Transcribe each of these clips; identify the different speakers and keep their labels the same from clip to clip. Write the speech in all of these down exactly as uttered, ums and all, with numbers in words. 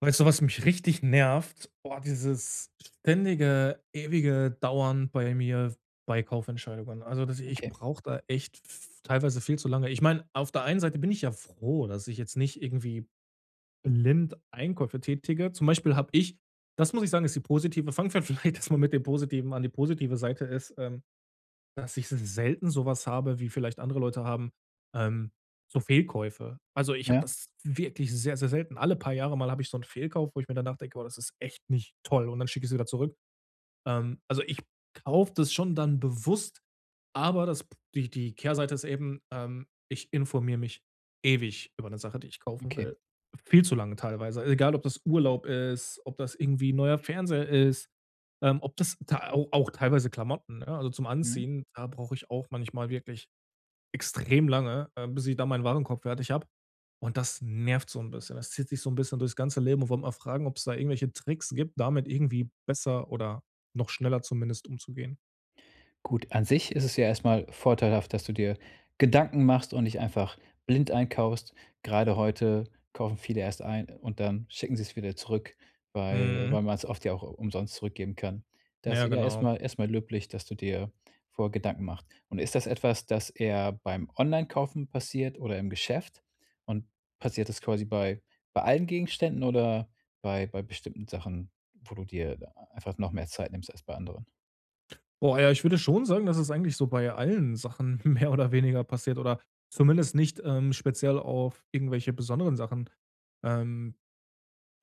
Speaker 1: Weißt du, was mich richtig nervt? Boah, dieses ständige, ewige Dauern bei mir bei Kaufentscheidungen. Also, das ich
Speaker 2: Okay,
Speaker 1: brauche da echt f teilweise viel zu lange. Ich meine, auf der einen Seite bin ich ja froh, dass ich jetzt nicht irgendwie blind Einkäufe tätige. Zum Beispiel habe ich das muss ich sagen, ist die positive fangen wir vielleicht erst mal mit dem Positiven an. Die positive Seite ist, ähm, dass ich s selten sowas habe, wie vielleicht andere Leute haben, ähm, so Fehlkäufe. Also, ich habe
Speaker 2: ja,
Speaker 1: das wirklich sehr, sehr selten. Alle paar Jahre mal habe ich so einen Fehlkauf, wo ich mir danach denke: „Oh, das ist echt nicht toll.“ Und dann schicke ich es wieder zurück. Ähm, also, ich kaufe das schon dann bewusst, aber das die die Kehrseite ist eben, ähm, ich informiere mich ewig über eine Sache, die ich kaufen
Speaker 2: okay.
Speaker 1: will. Viel zu lange teilweise. Egal, ob das Urlaub ist, ob das irgendwie neuer Fernseher ist, ähm, ob das ta au auch teilweise Klamotten, ne? Also, zum
Speaker 2: Mhm.
Speaker 1: Anziehen, da brauche ich auch manchmal wirklich extrem lange, äh, bis ich da meinen Warenkorb fertig habe. Und das nervt so ein bisschen. Das zieht sich so ein bisschen durchs ganze Leben und wollte mal fragen, ob es da irgendwelche Tricks gibt, damit irgendwie besser oder noch schneller zumindest umzugehen.
Speaker 2: Gut, an sich ist es ja erstmal vorteilhaft, dass du dir Gedanken machst und nicht einfach blind einkaufst. Gerade heute kaufen viele erst ein und dann schicken sie es wieder zurück, weil
Speaker 1: Mhm.
Speaker 2: weil man es oft ja auch umsonst zurückgeben kann. Das
Speaker 1: Ja,
Speaker 2: ist ja
Speaker 1: genau.
Speaker 2: erstmal erstmal löblich, dass du dir vorher Gedanken machst. Und ist das etwas, das eher beim Online-Kaufen passiert oder im Geschäft? Und passiert das quasi bei bei allen Gegenständen oder bei bei bestimmten Sachen, wo du dir einfach noch mehr Zeit nimmst als bei anderen?
Speaker 1: Boah, ja, ich würde schon sagen, dass es eigentlich so bei allen Sachen mehr oder weniger passiert oder zumindest nicht, ähm, speziell auf irgendwelche besonderen Sachen, ähm,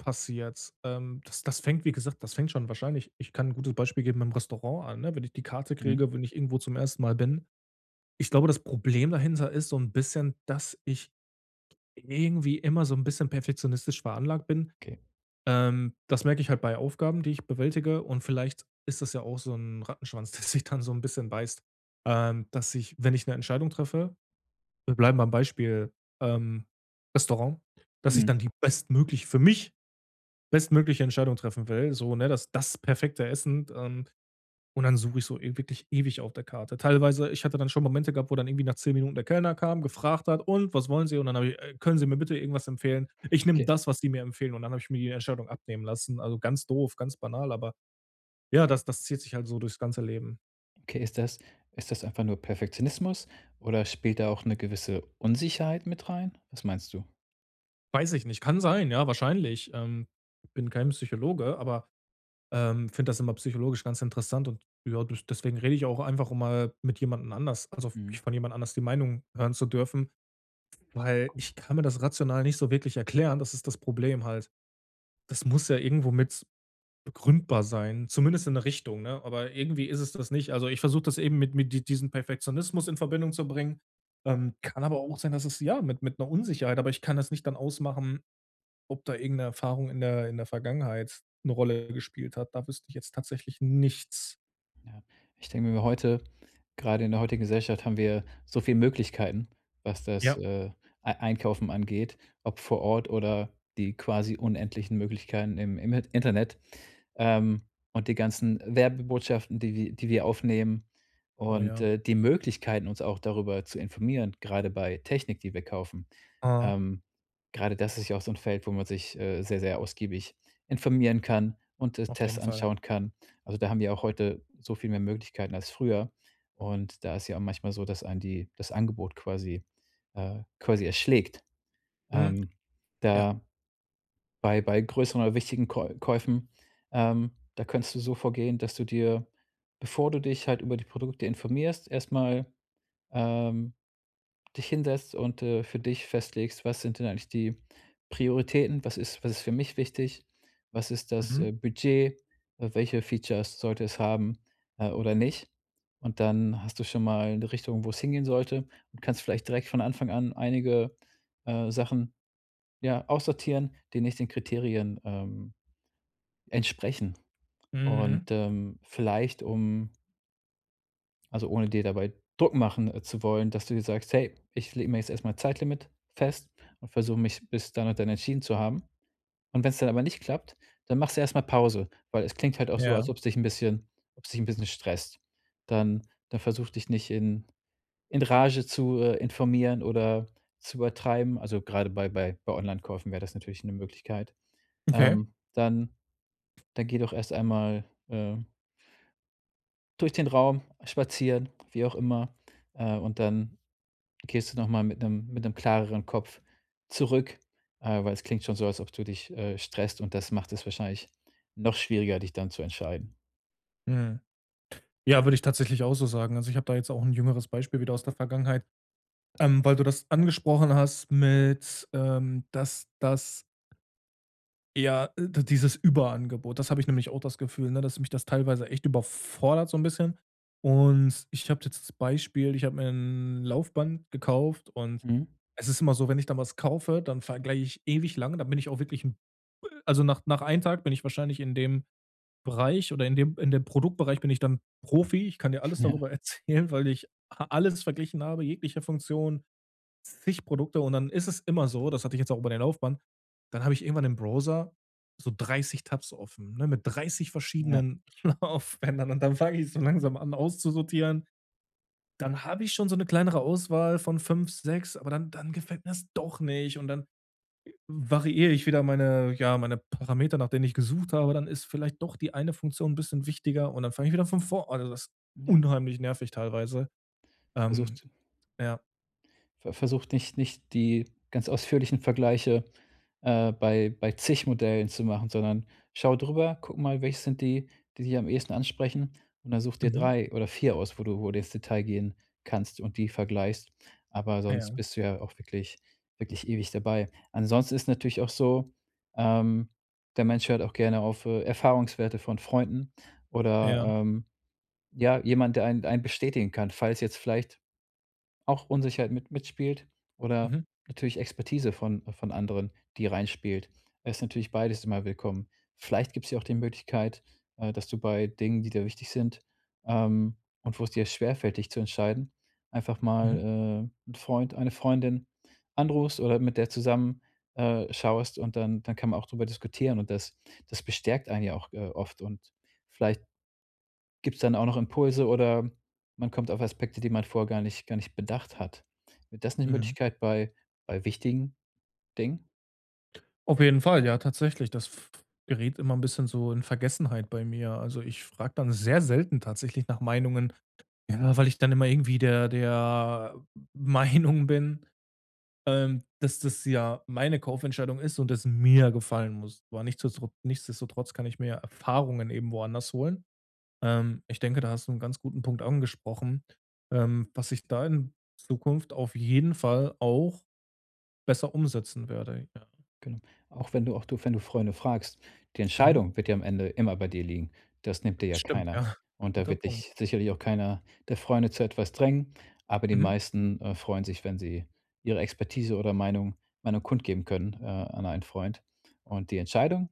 Speaker 1: passiert. Ähm, das das fängt, wie gesagt das fängt schon wahrscheinlich ich kann ein gutes Beispiel geben im Restaurant an, ne? Wenn ich die Karte
Speaker 2: Mhm.
Speaker 1: kriege, wenn ich irgendwo zum ersten Mal bin. Ich glaube, das Problem dahinter ist so ein bisschen, dass ich irgendwie immer so ein bisschen perfektionistisch veranlagt bin.
Speaker 2: Okay.
Speaker 1: Ähm, das merke ich halt bei Aufgaben, die ich bewältige, und vielleicht ist das ja auch so ein Rattenschwanz, der sich dann so ein bisschen beißt, ähm, dass ich, wenn ich eine Entscheidung treffe wir bleiben beim Beispiel, ähm, Restaurant, dass ich
Speaker 2: Mhm.
Speaker 1: dann die bestmöglich für mich bestmögliche Entscheidung treffen will, so, ne, dass das perfekte Essen, ähm, und dann suche ich so e wirklich ewig auf der Karte. Teilweise ich hatte dann schon Momente gehabt, wo dann irgendwie nach zehn Minuten der Kellner kam, gefragt hat: „Und, was wollen Sie?“ Und dann habe ich: „Äh, können Sie mir bitte irgendwas empfehlen? Ich nehme
Speaker 2: Okay,
Speaker 1: das, was Sie mir empfehlen.“ Und dann habe ich mir die Entscheidung abnehmen lassen. Also, ganz doof, ganz banal, aber ja, das das zieht sich halt so durchs ganze Leben.
Speaker 2: okay, ist das ist das einfach nur Perfektionismus oder spielt da auch eine gewisse Unsicherheit mit rein? Was meinst du?
Speaker 1: Weiß ich nicht, kann sein, ja, wahrscheinlich. Ähm, bin kein Psychologe, aber, ähm, finde das immer psychologisch ganz interessant, und ja, des deswegen rede ich auch einfach, um mal mit jemandem anders also,
Speaker 2: Mhm.
Speaker 1: von jemand anders die Meinung hören zu dürfen. Weil ich kann mir das rational nicht so wirklich erklären, das ist das Problem halt. Das muss ja irgendwo mit begründbar sein, zumindest in 'ne Richtung, ne? Aber irgendwie ist es das nicht. Also, ich versuche das eben mit mit die diesem Perfektionismus in Verbindung zu bringen. Ähm, kann aber auch sein, dass es ja, mit mit einer Unsicherheit aber ich kann das nicht dann ausmachen, ob da irgendeine Erfahrung in der in der Vergangenheit eine Rolle gespielt hat. Da wüsste ich jetzt tatsächlich nichts.
Speaker 2: Ja, ich denke mir heute gerade in der heutigen Gesellschaft haben wir so viele Möglichkeiten, was das,
Speaker 1: Ja.
Speaker 2: äh, Ei Einkaufen angeht, ob vor Ort oder die quasi unendlichen Möglichkeiten im im Internet, ähm, und die ganzen Werbebotschaften, die wir die wir aufnehmen
Speaker 1: Oh
Speaker 2: und,
Speaker 1: ja.
Speaker 2: äh, die Möglichkeiten, uns auch darüber zu informieren, gerade bei Technik, die wir kaufen.
Speaker 1: Ah,
Speaker 2: Ähm, Grade das ist ja auch so ein Feld, wo man sich, äh, sehr, sehr ausgiebig informieren kann und, äh,
Speaker 1: auf
Speaker 2: Tests
Speaker 1: jeden Fall.
Speaker 2: anschauen kann. Also, da haben wir auch heute so viel mehr Möglichkeiten als früher. Und da ist ja auch manchmal so, dass ein die das Angebot quasi äh, quasi erschlägt.
Speaker 1: Mhm.
Speaker 2: Ähm,
Speaker 1: Ja.
Speaker 2: da bei bei größeren oder wichtigen Käu Käufen, ähm, da könntest du so vorgehen, dass du dir, bevor du dich halt über die Produkte informierst, erstmal ähm dich hinsetzt und, äh, für dich festlegst, was sind denn eigentlich die Prioritäten? Was ist was ist für mich wichtig? Was ist das,
Speaker 1: Mhm.
Speaker 2: äh, Budget? Äh, welche Features sollte es haben, äh, oder nicht? Und dann hast du schon mal 'ne Richtung, wo es hingehen sollte und kannst vielleicht direkt von Anfang an einige, äh, Sachen, ja, aussortieren, die nicht den Kriterien, ähm, entsprechen. Und,
Speaker 1: Mhm.
Speaker 2: ähm, vielleicht, um also, ohne dir dabei Druck machen, äh, zu wollen, dass du dir sagst: „Hey, ich lege mir jetzt erstmal mal Zeitlimit fest und versuche mich bis dann und dann entschieden zu haben.“ Und wenn es dann aber nicht klappt, dann machst du erstmal Pause, weil es klingt halt auch so,
Speaker 1: Ja.
Speaker 2: als ob es dich ein bisschen ob es dich ein bisschen stresst. Dann dann versuch dich nicht in in Rage zu, äh, informieren oder zu übertreiben. Also, gerade bei bei bei online Onlinekäufen wäre das natürlich eine Möglichkeit.
Speaker 1: Okay.
Speaker 2: Ähm, dann dann geh doch erst einmal, äh, durch den Raum spazieren, wie auch immer, äh, und dann gehst du noch mal mit einem mit einem klareren Kopf zurück, äh, weil es klingt schon so, als ob du dich, äh, stresst und das macht es wahrscheinlich noch schwieriger, dich dann zu entscheiden.
Speaker 1: Mhm. Ja, würde ich tatsächlich auch so sagen. Also, ich habe da jetzt auch ein jüngeres Beispiel wieder aus der Vergangenheit, ähm, weil du das angesprochen hast mit, ähm, dass das eher äh, d dieses Überangebot. Das habe ich nämlich auch das Gefühl, ne, dass mich das teilweise echt überfordert so ein bisschen. Und ich habe jetzt das Beispiel, ich habe mir ein Laufband gekauft, und
Speaker 2: Mhm.
Speaker 1: es ist immer so, wenn ich dann was kaufe, dann vergleiche ich ewig lang. Dann bin ich auch wirklich 'n also, nach nach einem Tag bin ich wahrscheinlich in dem Bereich oder in dem in dem Produktbereich bin ich dann Profi. Ich kann dir alles
Speaker 2: Ja,
Speaker 1: darüber erzählen, weil ich a alles verglichen habe, jegliche Funktion, zig Produkte, und dann ist es immer so, das hatte ich jetzt auch über der Laufbahn, dann habe ich irgendwann im Browser so dreißig Tabs offen, ne, mit dreißig
Speaker 2: ja,
Speaker 1: verschiedenen Laufbändern, und dann fange ich so langsam an auszusortieren. Dann habe ich schon so eine kleinere Auswahl von fünf, sechs. Aber dann dann gefällt mir das doch nicht, und dann variiere ich wieder meine ja, meine Parameter, nach denen ich gesucht habe, dann ist vielleicht doch die eine Funktion 'n bisschen wichtiger, und dann fange ich wieder von vorne also, das ist
Speaker 2: ja.
Speaker 1: unheimlich nervig teilweise. Ähm,
Speaker 2: Versuch
Speaker 1: ja.
Speaker 2: Ver versucht nicht nicht die ganz ausführlichen Vergleiche, äh, bei bei zig Modellen zu machen, sondern schau drüber, guck mal, welche sind die, die dich am ehesten ansprechen und dann such dir
Speaker 1: Mhm.
Speaker 2: drei oder vier aus, wo du wo du ins Detail gehen kannst und die vergleichst. Aber sonst
Speaker 1: Ja,
Speaker 2: bist du ja auch wirklich wirklich ewig dabei. Ansonsten ist natürlich auch so, ähm, der Mensch hört auch gerne auf, äh, Erfahrungswerte von Freunden oder,
Speaker 1: ja.
Speaker 2: ähm, ja, jemand, der einen einen bestätigen kann, falls jetzt vielleicht auch Unsicherheit mit mitspielt oder
Speaker 1: Mhm,
Speaker 2: natürlich Expertise von von anderen, die reinspielt. Es ist natürlich beides immer willkommen. Vielleicht gibt es ja auch die Möglichkeit, äh, dass du bei Dingen, die dir wichtig sind, ähm, und wo es dir schwerfällt, dich zu entscheiden, einfach mal,
Speaker 1: mhm,
Speaker 2: äh, 'n Freund, eine Freundin anrufst oder mit der zusammen, äh, schaust und dann dann kann man auch darüber diskutieren und das das bestärkt einen ja auch, äh, oft und vielleicht gibt's dann auch noch Impulse oder man kommt auf Aspekte, die man vorher gar nicht gar nicht bedacht hat? Wäre das 'ne
Speaker 1: mhm.
Speaker 2: Möglichkeit bei bei wichtigen Dingen?
Speaker 1: Auf jeden Fall, ja, tatsächlich. Das f gerät immer ein bisschen so in Vergessenheit bei mir. Also, ich frage dann sehr selten tatsächlich nach Meinungen, ja, weil ich dann immer irgendwie der der Meinung bin ähm, dass das ja meine Kaufentscheidung ist und es mir gefallen muss. Aber nichtsdestotr nichtsdestotrotz kann ich mir ja Erfahrungen eben woanders holen. Ähm, ich denke, da hast du einen ganz guten Punkt angesprochen, ähm, was ich da in Zukunft auf jeden Fall auch besser umsetzen werde. Ja.
Speaker 2: Genau. Auch wenn du auch du wenn du Freunde fragst, die
Speaker 1: Mhm.
Speaker 2: Entscheidung wird ja am Ende immer bei dir liegen. Das nimmt dir
Speaker 1: Das
Speaker 2: ja
Speaker 1: stimmt,
Speaker 2: keiner.
Speaker 1: ja.
Speaker 2: Und da
Speaker 1: Guter
Speaker 2: wird
Speaker 1: Punkt.
Speaker 2: dich sicherlich auch keiner der Freunde zu etwas drängen, aber die
Speaker 1: Mhm.
Speaker 2: meisten, äh, freuen sich, wenn sie ihre Expertise oder Meinung Meinung kundgeben können, äh, an einen Freund. Und die Entscheidung,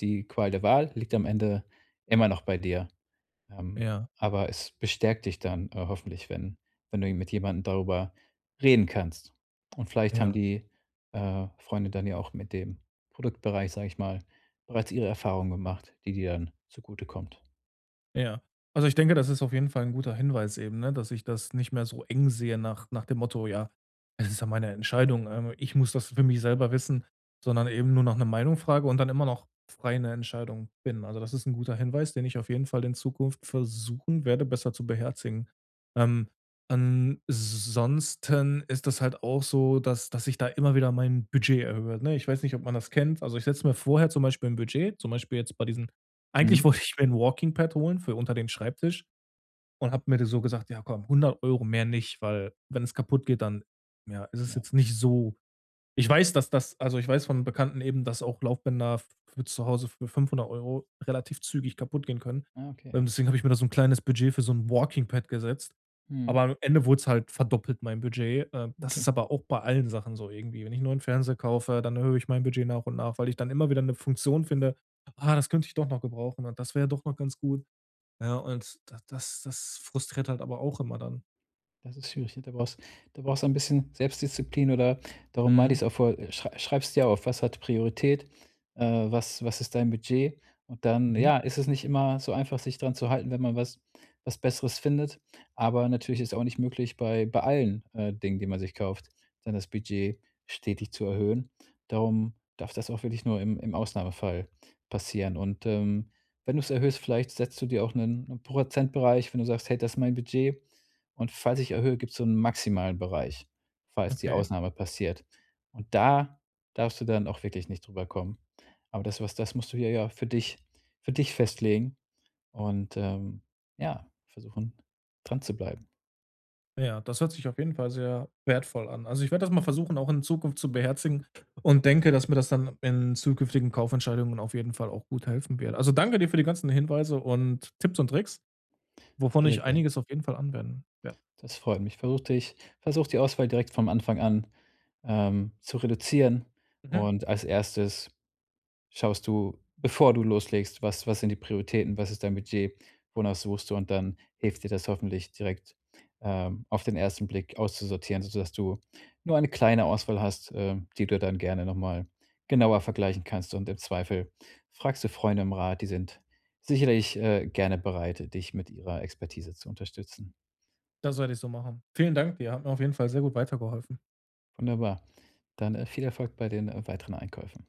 Speaker 2: die Qual der Wahl liegt am Ende immer noch bei dir. Ähm,
Speaker 1: Ja,
Speaker 2: aber es bestärkt dich dann, äh, hoffentlich, wenn wenn du mit jemandem darüber reden kannst. Und vielleicht haben
Speaker 1: ja.
Speaker 2: die, äh, Freunde dann ja auch mit dem Produktbereich, sage ich mal, bereits ihre Erfahrungen gemacht, die dir dann zugutekommt.
Speaker 1: Ja. Also, ich denke, das ist auf jeden Fall ein guter Hinweis eben, ne, dass ich das nicht mehr so eng sehe nach nach dem Motto: „Ja, es ist ja meine Entscheidung, ähm, ich muss das für mich selber wissen“, sondern eben nur nach 'ner Meinung frage und dann immer noch frei 'ne Entscheidung bin. Also, das ist ein guter Hinweis, den ich auf jeden Fall in Zukunft versuchen werde, besser zu beherzigen. Ähm, ansonsten ist das halt auch so, dass dass ich da immer wieder mein Budget erhöhe, ne? Ich weiß nicht, ob man das kennt. Also, ich setze mir vorher zum Beispiel ein Budget, zum Beispiel jetzt bei diesen eigentlich
Speaker 2: Mhm.
Speaker 1: wollte ich mir ein Walking Pad holen für unter den Schreibtisch und habe mir so gesagt: „Ja komm, hundert Euro mehr nicht, weil wenn es kaputt geht, dann, ja, ist es
Speaker 2: Ja.
Speaker 1: jetzt nicht so ich weiß, dass das also, ich weiß von Bekannten eben, dass auch Laufbänder für zu Hause für fünfhundert Euro relativ zügig kaputt gehen können.
Speaker 2: Ah, okay,
Speaker 1: Ähm,
Speaker 2: ja.
Speaker 1: deswegen habe ich mir da so ein kleines Budget für so ein Walking Pad gesetzt.
Speaker 2: Mhm,
Speaker 1: Aber am Ende wurde es halt verdoppelt, mein Budget. Ähm, das ist
Speaker 2: okay.
Speaker 1: aber auch bei allen Sachen so irgendwie. Wenn ich 'n neuen Fernseher kaufe, dann erhöhe ich mein Budget nach und nach, weil ich dann immer wieder eine Funktion finde: „Ah, das könnte ich doch noch gebrauchen, und das wäre doch noch ganz gut.“ Ja, und da das das frustriert halt aber auch immer dann.
Speaker 2: Das ist schwierig, ne? Da brauchst da brauchst du ein bisschen Selbstdisziplin oder darum meinte
Speaker 1: Mhm.
Speaker 2: ich es auch vor äh, schrei schreib's dir auf, was hat Priorität, äh, was was ist dein Budget? Und dann,
Speaker 1: Mhm.
Speaker 2: ja, ist es nicht immer so einfach, sich dran zu halten, wenn man was was Besseres findet. Aber natürlich ist auch nicht möglich, bei bei allen, äh, Dingen, die man sich kauft, dann das Budget stetig zu erhöhen. Darum darf das auch wirklich nur im im Ausnahmefall passieren. Und, ähm, wenn du's erhöhst, vielleicht setzt du dir auch 'nen 'nen Prozentbereich, wenn du sagst: „Hey, das ist mein Budget.“ Und falls ich erhöhe, gibt es so einen maximalen Bereich, falls die
Speaker 1: Okay.
Speaker 2: Ausnahme passiert. Und da darfst du dann auch wirklich nicht drüber kommen. Aber das was das musst du ja ja für dich für dich festlegen und, ähm, ja, versuchen, dran zu bleiben.
Speaker 1: Ja, das hört sich auf jeden Fall sehr wertvoll an. Also, ich werde das mal versuchen, auch in Zukunft zu beherzigen, und denke, dass mir das dann in zukünftigen Kaufentscheidungen auf jeden Fall auch gut helfen wird. Also, danke dir für die ganzen Hinweise und Tipps und Tricks, wovon
Speaker 2: Sehr, sehr
Speaker 1: ich
Speaker 2: gern.
Speaker 1: einiges auf jeden Fall anwenden werde.
Speaker 2: Das freut mich. Versuch dich versuch die Auswahl direkt vom Anfang an, ähm, zu reduzieren
Speaker 1: Mhm.
Speaker 2: und als Erstes schaust du, bevor du loslegst, was was sind die Prioritäten, was ist dein Budget, wonach suchst du? Und dann hilft dir das hoffentlich direkt, ähm, auf den ersten Blick auszusortieren, sodass du nur eine kleine Auswahl hast, ähm, die du dann gerne noch mal genauer vergleichen kannst. Und im Zweifel fragst du Freunde im Rat, die sind sicherlich, äh, gerne bereit, dich mit ihrer Expertise zu unterstützen.
Speaker 1: Das werde ich so machen. Vielen Dank dir, hat mir auf jeden Fall sehr gut weitergeholfen.
Speaker 2: Wunderbar. Dann, äh, viel Erfolg bei den, äh, weiteren Einkäufen.